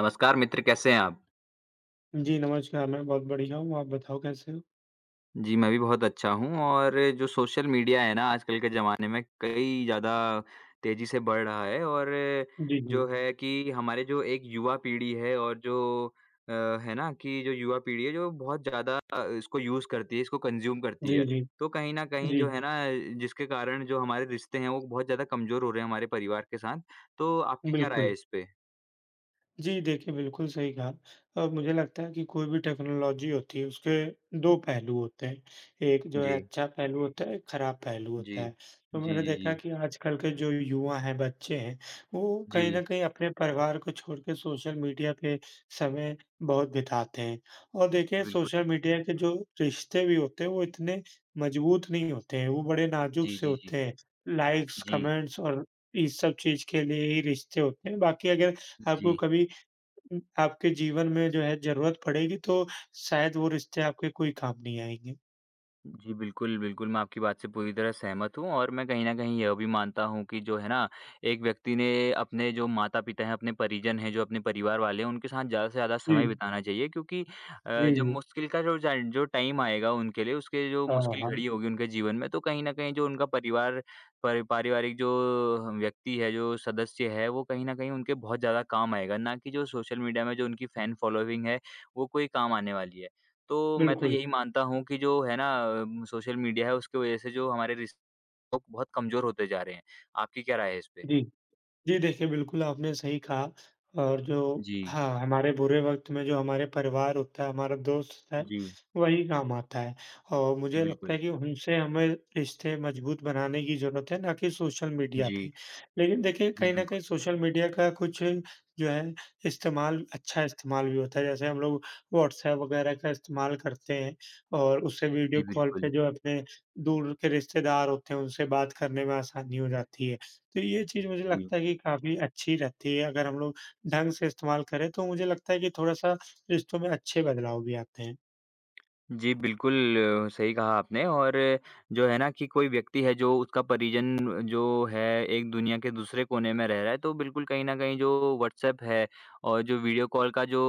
नमस्कार मित्र, कैसे हैं आप? जी, नमस्कार, मैं बहुत बढ़िया हूँ, आप बताओ कैसे हो? जी, मैं भी बहुत अच्छा हूँ और जो सोशल मीडिया है ना आजकल के ज़माने में कई ज़्यादा तेज़ी से बढ़ रहा है और जी, जी। जो है कि हमारे जो एक युवा पीढ़ी है और जो अ, है ना कि जो युवा पीढ़ी है जो बहुत ज़्यादा इसको यूज़ करती है, इसको कंज़्यूम करती जी, है। जी। तो कहीं न कहीं जी, जो है ना जिसके कारण जो हमारे रिश्ते हैं वो बहुत ज़्यादा कमज़ोर हो रहे हैं हमारे परिवार के साथ। तो आपकी क्या राय है बिल्कुल। इस पे? जी, देखिए, बिल्कुल सही कहा और मुझे लगता है कि कोई भी टेक्नोलॉजी होती है, उसके 2 पहलू होते हैं। एक जो है जी, अच्छा पहलू होता है, एक खराब पहलू जी। होता है। तो जी, मैंने जी, देखा जी। कि आजकल के जो युवा हैं, बच्चे हैं, वो जी, कहीं न जी, कहीं अपने परिवार को छोड़ के सोशल मीडिया पे समय बहुत बिताते हैं और देखिए, बिल्कुल। सोशल मीडिया के जो रिश्ते भी होते हैं, वो इतने मजबूत नहीं होते हैं, वो बड़े नाजुक जी, से जी, जी। होते हैं। लाइक्स, जी। कमेंट्स और इस सब चीज़ के लिए ही रिश्ते होते हैं। बाकी अगर आपको जी, कभी आपके जीवन में जो है ज़रूरत पड़ेगी तो शायद वो रिश्ते आपके कोई काम नहीं आएँगे। जी, बिल्कुल, बिल्कुल, मैं आपकी बात से पूरी तरह सहमत हूँ और मैं कहीं न कहीं यह भी मानता हूँ कि जो है ना, एक व्यक्ति ने अपने जो माता-पिता हैं, अपने परिजन हैं, जो अपने परिवार वाले हैं, उनके साथ ज़्यादा से ज़्यादा समय जी, बिताना चाहिए क्योंकि जी, जब जी। मुश्किल का जो जाय जो टाइम आएगा उनके लिए, उसके जो हाँ, मुश्किल हाँ, घड़ी होगी उनके जीवन में, तो कहीं न कहीं जो उनका परिवार परि पारिवारिक जो व्यक्ति है, जो सदस्य है, वो कहीं न कहीं उनके बहुत ज़्यादा काम आएगा, ना कि जो सोशल मीडिया में जो उनकी फ़ैन फ़ॉलोइंग है, वो कोई काम आने वाली है। तो मैं तो बिल्कुल। यही मानता हूँ कि जो है ना सोशल मीडिया है उसकी वजह से जो हमारे रिश्ते लोग बहुत कमज़ोर होते जा रहे हैं। आपकी क्या राय है इस पे? जी। जी, देखिए बिल्कुल आपने सही कहा और जो जी, हाँ, हमारे बुरे वक़्त में जो हमारे परिवार होता है, हमारा दोस्त होता है, जी, वही काम आता है और जी मुझे लगता है बिल्कुल। कि उनसे हमें रिश्ते मज़बूत बनाने की ज़रूरत है, ना कि सोशल मीडिया जी, पे। लेकिन देखिए जी कहीं न कहीं बिल्कुल, सोशल मीडिया का कुछ जो है इस्तेमाल अच्छा इस्तेमाल भी होता है, जैसे हम लोग व्हाट्सऐप वग़ैरह का इस्तेमाल करते हैं और उससे वीडियो जी कॉल बिल्कुल, पे जो अपने दूर के रिश्तेदार होते हैं, उनसे बात करने में आसानी हो जाती है। तो ये चीज़ मुझे जी। लगता है कि काफ़ी अच्छी रहती है, अगर हम लोग ढंग से इस्तेमाल करें तो मुझे लगता है कि थोड़ा-सा रिश्तों में अच्छे बदलाव भी आते हैं। जी, बिल्कुल, सही कहा आपने और जो है ना कि कोई व्यक्ति है जो उसका परिजन जो है एक दुनिया के दूसरे कोने में रह रहा है, तो बिल्कुल कहीं न कहीं जो व्हाट्सएप है और जो वीडियो कॉल का जो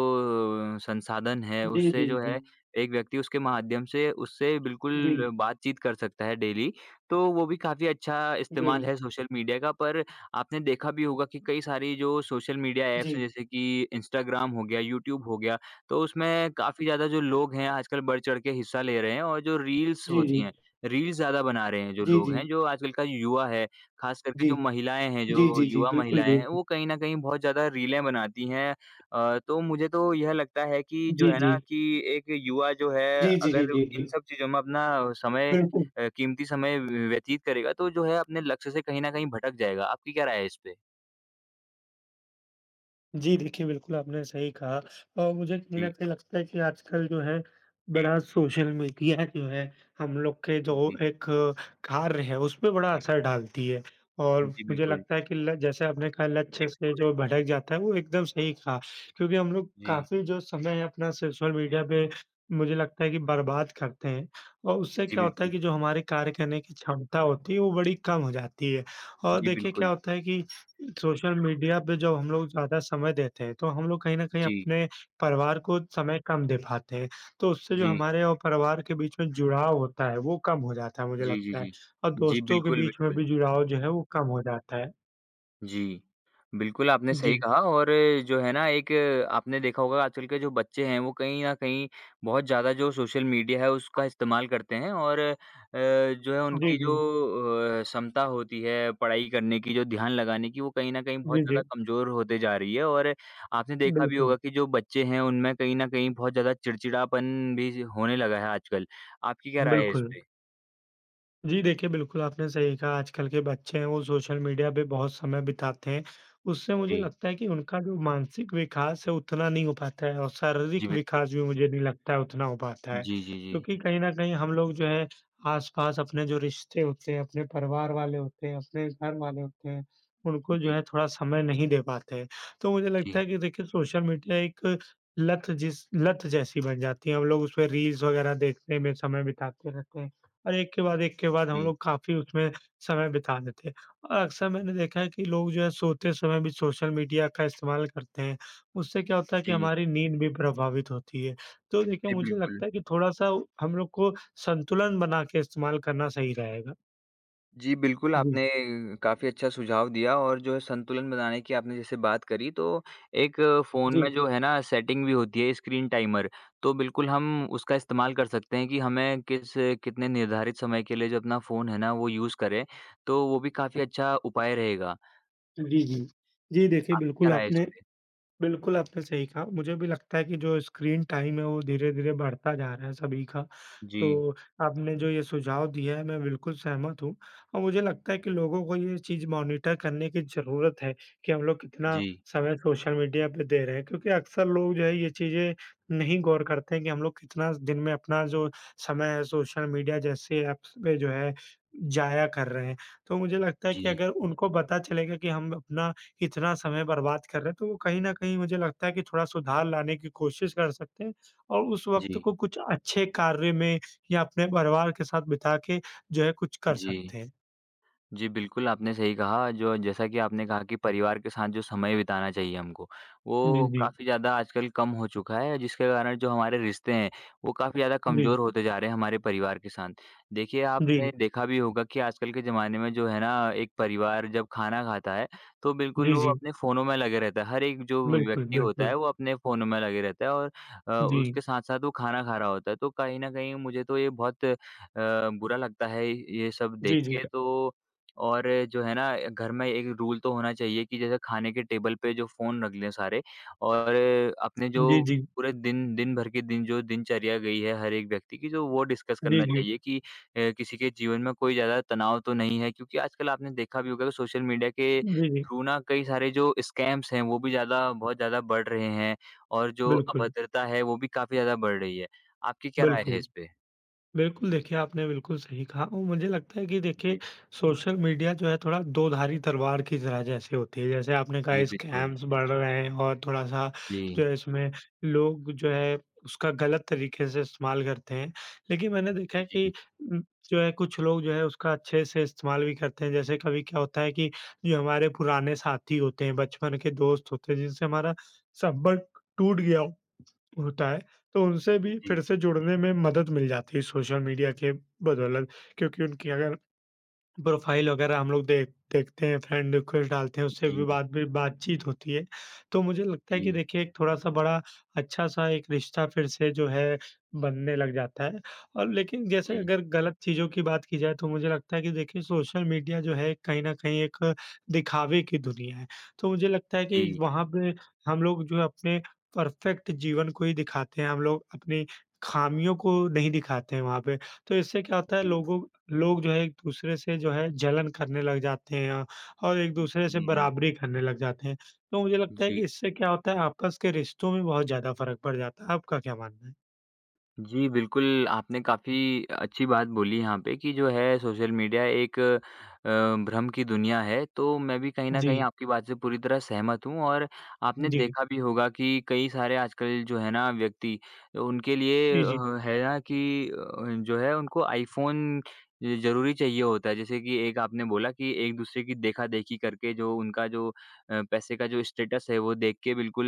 संसाधन है, जी, उससे जी, जो जी, है एक व्यक्ति उसके माध्यम से उससे जी, बिल्कुल बातचीत कर सकता है डेली। तो वो भी काफ़ी अच्छा जी, इस्तेमाल जी, है सोशल मीडिया का, पर आपने देखा भी होगा कि कई सारी जो सोशल मीडिया जी, ऐप्स हैं जैसे कि इंस्टाग्राम हो गया, यूट्यूब हो गया तो उसमें काफ़ी ज़्यादा जो लोग हैं आजकल बढ़ चढ़ के हिस्सा ले रहे हैं और जो रील्स जी, जी, होती हैं, रील्स ज़्यादा बना रहे हैं जो लोग जी, हैं, जो आजकल का युवा है, ख़ास करके जी, जो महिलाएँ हैं, जी, जो जी, जी, युवा बिल्कुल, महिलाएँ हैं, बिल्कुल। वो कहीं न कहीं बहुत ज़्यादा रीलें बनाती हैं। तो मुझे तो यह लगता है कि जो जी, है जी, ना कि एक युवा जो है जी, जी, जी, अगर जी, इन जी, सब चीज़ों में अपना समय बिल्कुल। कीमती समय व्यतीत करेगा तो जो है अपने लक्ष्य से कहीं न कहीं भटक जाएगा। आपकी क्या राय है इस पे? जी, देखिए बिल्कुल आपने सही कहा और मुझे कहीं न जी, कहीं लगता है कि आजकल जो है बड़ा सोशल मीडिया जो है हम लोग के जो जी, एक कार्य है उस पे बड़ा असर डालती है। और जी मुझे बिल्कुल। लगता है कि ल जैसे आपने कहा लक्ष्य से जो भटक जाता है वो एकदम सही कहा क्योंकि हम लोग जी, काफ़ी जो समय है अपना सोशल मीडिया पे मुझे लगता है कि बर्बाद करते हैं और उससे जी क्या होता है बिल्कुल। कि जो हमारे कार्य करने की क्षमता होती है वो बड़ी कम हो जाती है। और जी देखिए क्या बिल्कुल। होता है कि सोशल मीडिया पे जब हम लोग ज़्यादा समय देते हैं, तो हम लोग कहीं न कहीं जी। अपने परिवार को समय कम दे पाते हैं। तो उससे जो जी। हमारे और परिवार के बीच में जुड़ाव होता है, वो कम हो जाता है मुझे जी, जी, लगता है जी। और जी, दोस्तों के बिल्कुल, बीच में बिल्कुल। भी जुड़ाव जो है वो कम हो जाता है। जी। बिल्कुल, आपने सही जी। कहा और जो है ना एक आपने देखा होगा आजकल के जो बच्चे हैं वो कहीं न कहीं बहुत ज़्यादा जो सोशल मीडिया है उसका इस्तेमाल करते हैं और जो है जी, उनकी जी। जो क्षमता होती है पढ़ाई करने की, जो ध्यान लगाने की, वो कहीं न कहीं बहुत जी, जी। ज़्यादा कमज़ोर होते जा रही है और आपने देखा भी बिल्कुल, होगा कि जो बच्चे हैं उनमें कहीं न कहीं बहुत ज़्यादा चिड़चिड़ापन भी होने लगा है आजकल। आपकी क्या राय है इस बिल्कुल। पे? जी देखिए, बिल्कुल आपने सही कहा आजकल के बच्चे हैं वो सोशल मीडिया पे बहुत समय बिताते हैं। उससे मुझे जी। लगता है कि उनका जो मानसिक विकास है उतना नहीं हो पाता है और जी, शारीरिक बिल्कुल। विकास भी मुझे नहीं लगता है उतना हो पाता है। जी, जी, क्योंकि जी। कहीं न कहीं हम लोग जो है आस-पास अपने जो रिश्ते होते हैं, अपने परिवार वाले होते हैं, अपने घर वाले होते हैं, उनको जो है जी, थोड़ा समय नहीं दे पाते हैं। तो मुझे लगता जी, है कि देखिए सोशल मीडिया एक लत जैसी बन जाती है, हम लोग उसमें रील्स वगैरह देखने में समय बिताते रहते हैं। और एक के बाद हम जी, लोग काफ़ी उसमें समय बिता देते हैं। और अक्सर मैंने देखा है कि लोग जो है सोते समय भी सोशल मीडिया का इस्तेमाल करते हैं। उससे क्या होता है कि जी, हमारी नींद भी प्रभावित होती है। तो देखिए जी, मुझे बिल्कुल। लगता है कि थोड़ा-सा हम लोग को संतुलन बना के इस्तेमाल करना सही रहेगा। जी, बिल्कुल, जी। आपने काफ़ी अच्छा सुझाव दिया और जो है संतुलन बनाने की आपने जैसे बात करी, तो एक फ़ोन में जी। जो है ना सेटिंग भी होती है स्क्रीन टाइमर, तो बिल्कुल हम उसका इस्तेमाल कर सकते हैं कि हमें किस कितने निर्धारित समय के लिए जो अपना फ़ोन है ना, वो यूज़ करें, तो वो भी काफ़ी अच्छा उपाय रहेगा। जी, जी। जी देखिए आपकी क्या राय है इस पे? बिल्कुल, आपने सही कहा। मुझे भी लगता है कि जो स्क्रीन टाइम है वो धीरे-धीरे बढ़ता जा रहा है सभी का। तो जी, आपने जो ये सुझाव दिया है मैं बिल्कुल सहमत हूँ और मुझे लगता है कि लोगों को ये चीज़ मॉनिटर करने की ज़रूरत है कि हम लोग कितना जी, समय सोशल मीडिया पे दे रहे हैं। क्योंकि अक्सर लोग जो है ये चीज़ें नहीं गौर करते हैं कि हम लोग कितना दिन में अपना जो समय है सोशल मीडिया जैसे ऐप्स पे जो है ज़ाया कर रहे हैं। तो मुझे लगता है कि जी, अगर उनको पता चलेगा कि हम अपना इतना समय बर्बाद कर रहे हैं, तो वो कहीं न कहीं मुझे लगता है कि थोड़ा सुधार लाने की कोशिश कर सकते हैं और उस वक़्त जी, को कुछ अच्छे कार्य में या अपने परिवार के साथ बिता के जो है कुछ कर जी। सकते हैं। जी, बिल्कुल, आपने सही कहा, जो जैसा कि आपने कहा कि परिवार के साथ जो समय बिताना चाहिए हमको, जी, वो जी। काफ़ी ज़्यादा आजकल कम हो चुका है, जिसके कारण जो हमारे रिश्ते हैं, वो काफ़ी ज़्यादा जी, कमज़ोर होते जा रहे हैं हमारे परिवार के साथ। देखिए, जी। आपने देखा भी होगा कि आजकल के ज़माने में जो है ना, एक परिवार जब खाना खाता है, तो बिल्कुल जी, वो जी। अपने फ़ोनों में लगे रहता है। हर एक जो बिल्कुल, व्यक्ति होता बिल्कुल। है, वो अपने फ़ोनों में लगे रहता है और जी। उसके साथ-साथ वो खाना खा रहा होता है। तो कहीं न कहीं मुझे तो ये बहुत बुरा लगता है, ये सब देख जी, जी। के। तो और जो है ना घर में एक रूल तो होना चाहिए कि जैसे खाने के टेबल पे जो फ़ोन रख लें सारे और अपने जो जी, जी। पूरे दिन दिन भर की दिन जो दिनचर्या गई है हर एक व्यक्ति की जो वो डिस्कस जी, करना जी। चाहिए कि किसी के जीवन में कोई ज़्यादा तनाव तो नहीं है क्योंकि आजकल आपने देखा भी होगा कि सोशल मीडिया के जी, जी। थ्रू ना कई सारे जो स्कैम्स हैं वो भी ज़्यादा बहुत ज़्यादा बढ़ रहे हैं और जो बिल्कुल, अभद्रता है वो भी काफ़ी ज़्यादा बढ़ रही है। आपकी क्या राय है बिल्कुल। इस पे? बिल्कुल, देखिए आपने बिल्कुल सही कहा और मुझे लगता है कि देखिए जी, सोशल मीडिया जो है थोड़ा दो-धारी तलवार की तरह जैसे होती है। जैसे आपने जी कहा बिल्कुल। स्कैम्स बढ़ रहे हैं और थोड़ा-सा जी, जो है इसमें लोग जो है उसका गलत तरीके से इस्तेमाल करते हैं। लेकिन मैंने देखा है कि जी, उम, जो है कुछ लोग जो है उसका अच्छे से इस्तेमाल भी करते हैं। जैसे कभी क्या होता है कि जो हमारे पुराने साथी होते हैं, बचपन के दोस्त होते हैं जिनसे हमारा संपर्क टूट गया हो होता है, तो उनसे भी जी, फिर से जुड़ने में मदद मिल जाती है सोशल मीडिया के बदौलत। क्योंकि उनकी अगर प्रोफ़ाइल वग़ैरह हम लोग देखते हैं, फ़्रेंड रिक्वेस्ट डालते हैं, उससे भी जी, बातचीत होती है। तो मुझे लगता है कि जी। देखिए एक थोड़ा-सा बड़ा अच्छा-सा एक रिश्ता फिर से जो है बनने लग जाता है। और लेकिन जैसे जी, अगर गलत चीज़ों की बात की जाए तो मुझे लगता है कि देखिए सोशल मीडिया जो है कहीं न कहीं एक दिखावे की दुनिया है। तो मुझे लगता है कि जी। वहाँ पे हम लोग जो है अपने परफ़ेक्ट जीवन को ही दिखाते हैं, हम लोग अपनी खामियों को नहीं दिखाते हैं वहाँ पे। तो इससे क्या होता है जी। लोग जो है एक-दूसरे से जो है जलन करने लग जाते हैं और एक-दूसरे से जी, जी। बराबरी करने लग जाते हैं। तो मुझे लगता है कि जी, इससे क्या होता है आपस के रिश्तों में बहुत ज़्यादा फ़र्क पड़ जाता है। आपका क्या मानना है? जी, बिल्कुल, आपने काफ़ी अच्छी बात बोली यहाँ पे कि जो है सोशल मीडिया एक भ्रम की दुनिया है, तो मैं भी कहीं न कहीं जी, आपकी बात से पूरी तरह सहमत हूँ और आपने जी, देखा भी होगा कि कई सारे आजकल जो है ना व्यक्ति, उनके लिए जी, जी, अ, है ना कि अ, जो है उनको आईफ़ोन ज ज़रूरी चाहिए होता है। जैसे कि एक आपने बोला कि एक-दूसरे की देखा-देखी करके जो उनका जो पैसे का जो स्टेटस है, वो देख के बिल्कुल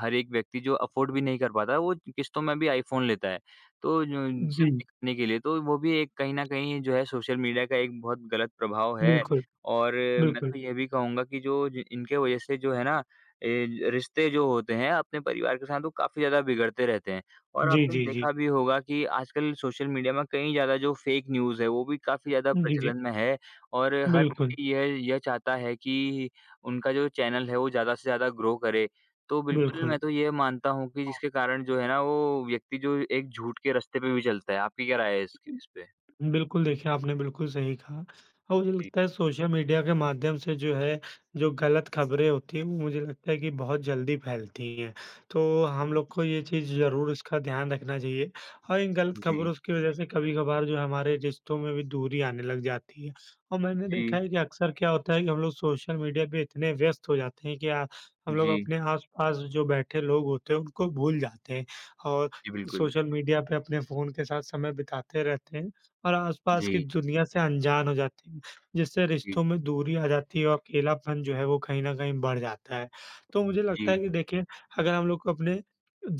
हर एक व्यक्ति जो अफ़ोर्ड भी नहीं कर पाता, वो किस्तों में भी आईफ़ोन लेता है। तो जो सिर्फ़ जी, दिखाने के लिए, तो वो भी एक कहीं न कहीं जो है सोशल मीडिया का एक बहुत गलत प्रभाव है बिल्कुल, और मैं बिल्कुल। तो ये भी कहूँगा कि जो ज इनके वजह से जो है ना रिश्ते जो होते हैं अपने परिवार के साथ वो काफ़ी ज़्यादा बिगड़ते रहते हैं। और जी, आपने जी, जी। देखा भी होगा कि आजकल सोशल मीडिया में कई ज़्यादा जो फ़ेक न्यूज़ है, वो भी काफ़ी ज़्यादा जी, जी, प्रचलन में है और हर बिल्कुल, कोई यह चाहता है कि उनका जो चैनल है वो ज़्यादा से ज़्यादा ग्रो करे। तो बिल्कुल, बिल्कुल। मैं तो ये मानता हूँ कि जिसके कारण जो है ना वो व्यक्ति जो एक झूठ के रास्ते पे भी चलता है। आपकी क्या राय है इसकी इस पे? बिल्कुल, देखिए आपने बिल्कुल सही कहा और मुझे जी, लगता है सोशल मीडिया के माध्यम से जो है, जो गलत खबरें होती हैं वो मुझे लगता है कि बहुत जल्दी फैलती हैं। तो हम जी। लोग को ये चीज़ ज़रूर इसका ध्यान रखना चाहिए और इन गलत जी, खबरों की वज़ह से कभी-कभार जो है हमारे रिश्तों में भी दूरी आने लग जाती है। और मैंने देखा जी, है कि अक्सर क्या होता है कि हम लोग सोशल मीडिया पे इतने व्यस्त हो जाते हैं कि हम लोग जी, अपने आस-पास जो बैठे लोग होते हैं उनको भूल जाते हैं और जी बिल्कुल। सोशल मीडिया पे अपने फ़ोन के साथ समय बिताते रहते हैं। और आसपास की जी, दुनिया से अनजान हो जाते हैं, जिससे जी, रिश्तों में दूरी आ जाती है और अकेलापन जो है वो कहीं न कहीं बढ़ जाता है। तो मुझे लगता है जी, कि देखिए अगर हम लोग को अपने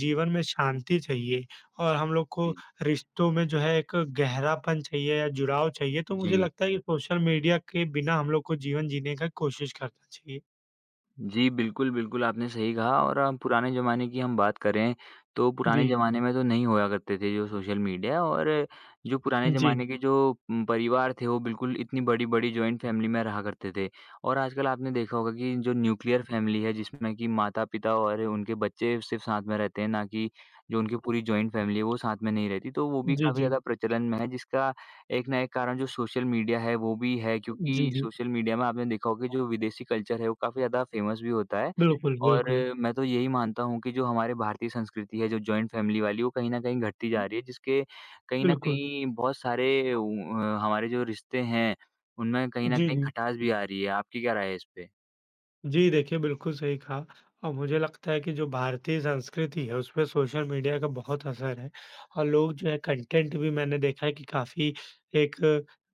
जीवन में शांति चाहिए और हम लोग को जी, रिश्तों में जो है एक गहरापन चाहिए या जुड़ाव चाहिए, तो मुझे जी। लगता है कि सोशल मीडिया के बिना हम लोग को जीवन जीने का कोशिश करना चाहिए। जी, बिल्कुल, बिल्कुल, आपने सही कहा और हम पुराने ज़माने की हम बात करें, तो जी, पुराने ज़माने में तो नहीं हुआ करते थे जो सोशल मीडिया और जो पुराने जी, ज़माने के जो परिवार थे, वो बिल्कुल इतनी बड़ी-बड़ी जॉइंट फैमिली में रहा करते थे और आजकल आपने देखा होगा कि जो न्यूक्लियर फैमिली है, जिसमें कि माता-पिता और उनके बच्चे सिर्फ़ साथ में रहते हैं, ना कि जो उनकी पूरी जॉइंट फैमिली है, वो साथ में नहीं रहती, तो वो भी जी, काफ़ी जी, ज़्यादा प्रचलन में है, जिसका एक ना एक कारण जो सोशल मीडिया है वो भी है जी, क्योंकि जी, सोशल मीडिया में आपने देखा होगा कि जो विदेशी कल्चर है वो काफ़ी ज़्यादा फ़ेमस भी होता है। बिल्कुल, और बिल्कुल, मैं तो यही मानता हूँ कि जो हमारे भारतीय संस्कृति है जो जॉइंट फ़ैमिली वाली वो कहीं न कहीं घटती जा रही है जिसके कहीं न बिल्कुल, कहीं बहुत सारे हमारे जो रिश्ते हैं उनमें कहीं न जी, कहीं जी। खटास भी आ रही है। आपकी क्या राय है इस पे? जी, देखिए बिल्कुल सही कहा और मुझे लगता है कि जो भारतीय संस्कृति है उसपे सोशल मीडिया का बहुत असर है और लोग जो है कंटेंट भी मैंने देखा है कि काफ़ी एक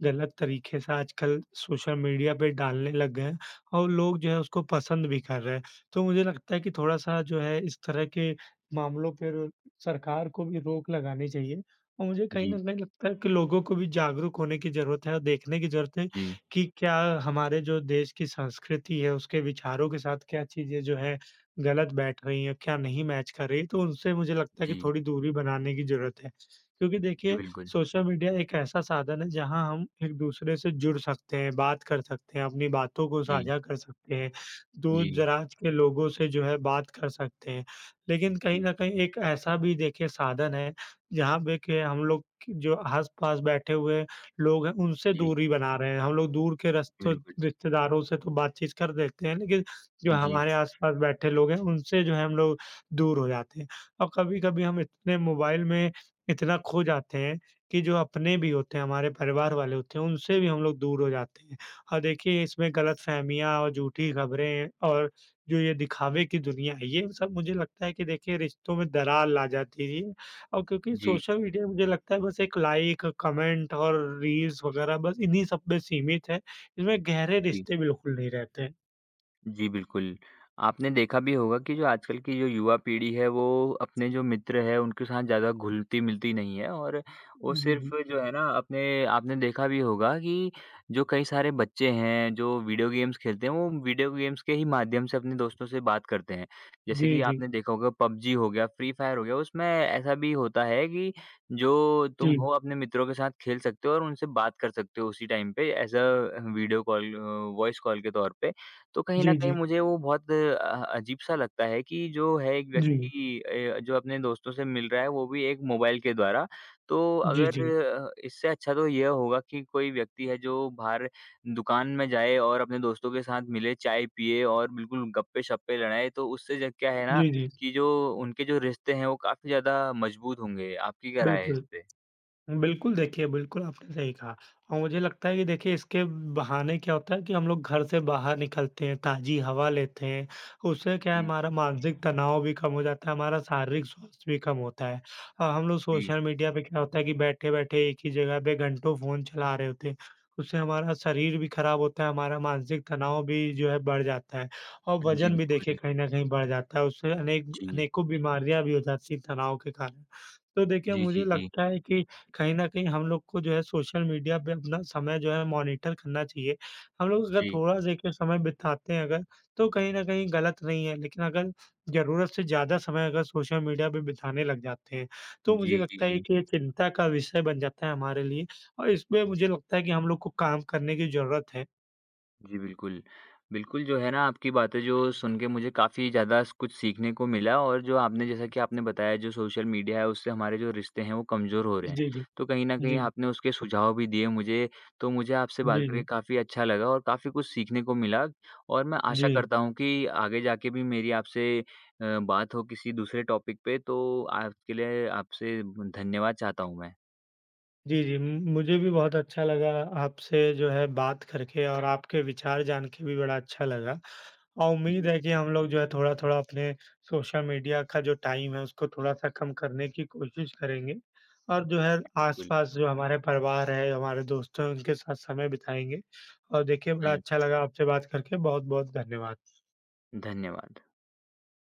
गलत तरीके से आजकल सोशल मीडिया पे डालने लग गए हैं और लोग जो है उसको पसंद भी कर रहे हैं। तो मुझे लगता है कि थोड़ा-सा जो है इस तरह के मामलों पर सरकार को भी रोक लगानी चाहिए और मुझे कहीं जी, न कहीं लगता है कि लोगों को भी जागरूक होने की ज़रूरत है और देखने की ज़रूरत है जी, कि क्या हमारे जो देश की संस्कृति है, उसके विचारों के साथ क्या चीज़ें जो है गलत बैठ रही हैं, क्या नहीं मैच कर रही, तो उनसे मुझे लगता है कि जी, थोड़ी दूरी बनाने की ज़रूरत है। क्योंकि जी देखिए, बिल्कुल। सोशल मीडिया एक ऐसा साधन है जहाँ हम एक-दूसरे से जुड़ सकते हैं, बात कर सकते हैं, अपनी बातों को जी, साझा कर सकते हैं, जी, दूर-दराज के लोगों से जो है बात कर सकते हैं। लेकिन कहीं जी, न कहीं एक ऐसा भी देखिए साधन है, जहाँ पे के हम लोग क जो आस-पास बैठे हुए लोग हैं उनसे जी दूरी बना रहे हैं। हम लोग दूर के रस्तों बिल्कुल। रिश्तेदारों से तो बातचीत कर लेते हैं लेकिन जो जी, हमारे आस-पास बैठे लोग हैं उनसे जो है हम लोग दूर हो जाते हैं। और कभी-कभी हम इतने मोबाइल में इतना खो जाते हैं कि जो अपने भी होते हैं, हमारे परिवार वाले होते हैं उनसे भी हम लोग दूर हो जाते हैं। और देखिए इसमें गलतफ़हमियाँ और झूठी खबरें और जो ये दिखावे की दुनिया है ये सब मुझे लगता है कि देखिए रिश्तों में दरार ला जाती है। और क्योंकि जी, सोशल मीडिया मुझे लगता है बस एक लाइक, कमेंट और रील्स वगैरह बस इन्हीं सब में सीमित है। इसमें गहरे जी। रिश्ते बिल्कुल नहीं रहते हैं। जी, बिल्कुल। आपने देखा भी होगा कि जो आजकल की जो युवा पीढ़ी है, वो अपने जो मित्र हैं, उनके साथ ज़्यादा घुलती-मिलती नहीं है और वो जी, जी। सिर्फ़ जो है ना, अपने आपने देखा भी होगा कि जो कई सारे बच्चे हैं, जो वीडियो गेम्स खेलते हैं, वो वीडियो गेम्स के ही माध्यम से अपने दोस्तों से बात करते हैं। जैसे जी, कि जी। आपने देखा होगा, पबजी हो गया, फ्री फायर हो गया, उसमें ऐसा भी होता है कि जो तुम जी। हो, अपने मित्रों के साथ खेल सकते हो और उनसे बात कर सकते हो उसी टाइम पे, as a video call voice call के तौर पे। तो कहीं न जी, कहीं जी। मुझे वो बहुत अजीब-सा लगता है कि जो है एक जी। व्यक्ति जो अपने दोस्तों से मिल रहा है वो भी एक मोबाइल के द्वारा। तो जी, अगर जी। इससे अच्छा तो यह होगा कि कोई व्यक्ति है जो बाहर दुकान में जाए और अपने दोस्तों के साथ मिले, चाय पिए और बिल्कुल गप्पे-शप्पे लड़ाए तो उससे ज क्या है ना जी, जी। कि जो उनके जो रिश्ते हैं वो काफ़ी ज़्यादा मजबूत होंगे। आपकी क्या राय है इस बिल्कुल। पे? बिल्कुल, देखिए बिल्कुल आपने सही कहा और मुझे लगता है कि देखिए इसके बहाने क्या होता है कि हम लोग घर से बाहर निकलते हैं, ताज़ी हवा लेते हैं, उससे क्या है जी, हमारा मानसिक तनाव भी कम हो जाता है, हमारा शारीरिक स्वास्थ्य भी कम होता है। हम लोग जी। सोशल मीडिया पे क्या होता है कि बैठे-बैठे एक ही जगह पे घंटों फ़ोन चला रहे होते हैं, उससे हमारा शरीर भी खराब होता है, हमारा मानसिक तनाव भी जो है बढ़ जाता है और जी, वज़न भी देखिए बिल्कुल। कहीं न कहीं बढ़ जाता है, उससे जी। अनेकों बीमारियाँ भी हो जाती हैं तनाव के कारण। तो देखिए जी, मुझे जी, जी। लगता है कि कहीं न कहीं हम लोग को जो है सोशल मीडिया पे अपना समय जो है मॉनिटर करना चाहिए। हम लोग अगर जी। थोड़ा देखिए समय बिताते हैं अगर, तो कहीं न कहीं गलत नहीं है, लेकिन अगर ज़रूरत से ज़्यादा समय अगर सोशल मीडिया पे बिताने लग जाते हैं, तो मुझे जी, जी, लगता है जी। कि ये चिंता का विषय बन जाता है हमारे लिए और इसमें जी। मुझे लगता है कि हम लोग को काम करने की ज़रूरत है। जी, बिल्कुल। बिल्कुल, जो है ना आपकी बातें जो सुन के मुझे काफ़ी ज़्यादा स कुछ सीखने को मिला और जो आपने जैसा कि आपने बताया जो सोशल मीडिया है उससे हमारे जो रिश्ते हैं वो कमज़ोर हो रहे हैं। जी, जी। तो कहीं न कहीं जी। आपने उसके सुझाव भी दिए मुझे, तो मुझे आपसे बात जी, करके जी। काफ़ी अच्छा लगा और काफ़ी कुछ सीखने को मिला और मैं जी। आशा करता हूँ कि आगे जाके भी मेरी आपसे बात हो किसी दूसरे टॉपिक पे तो आज के लिए आपसे धन्यवाद चाहता हूँ मैं। जी, जी। म मुझे भी बहुत अच्छा लगा आपसे जो है बात करके और आपके विचार जान के भी बड़ा अच्छा लगा। और उम्मीद जी, है कि हम लोग जो है थोड़ा-थोड़ा अपने सोशल मीडिया का जो टाइम है उसको थोड़ा-सा कम करने की कोशिश करेंगे। और जो है जी, बिल्कुल। आस-पास जो हमारे परिवार है, हमारे दोस्त हैं उनके साथ समय बिताएँगे। और देखिए बड़ा जी, अच्छा लगा आपसे बात करके, बहुत-बहुत धन्यवाद। धन्यवाद।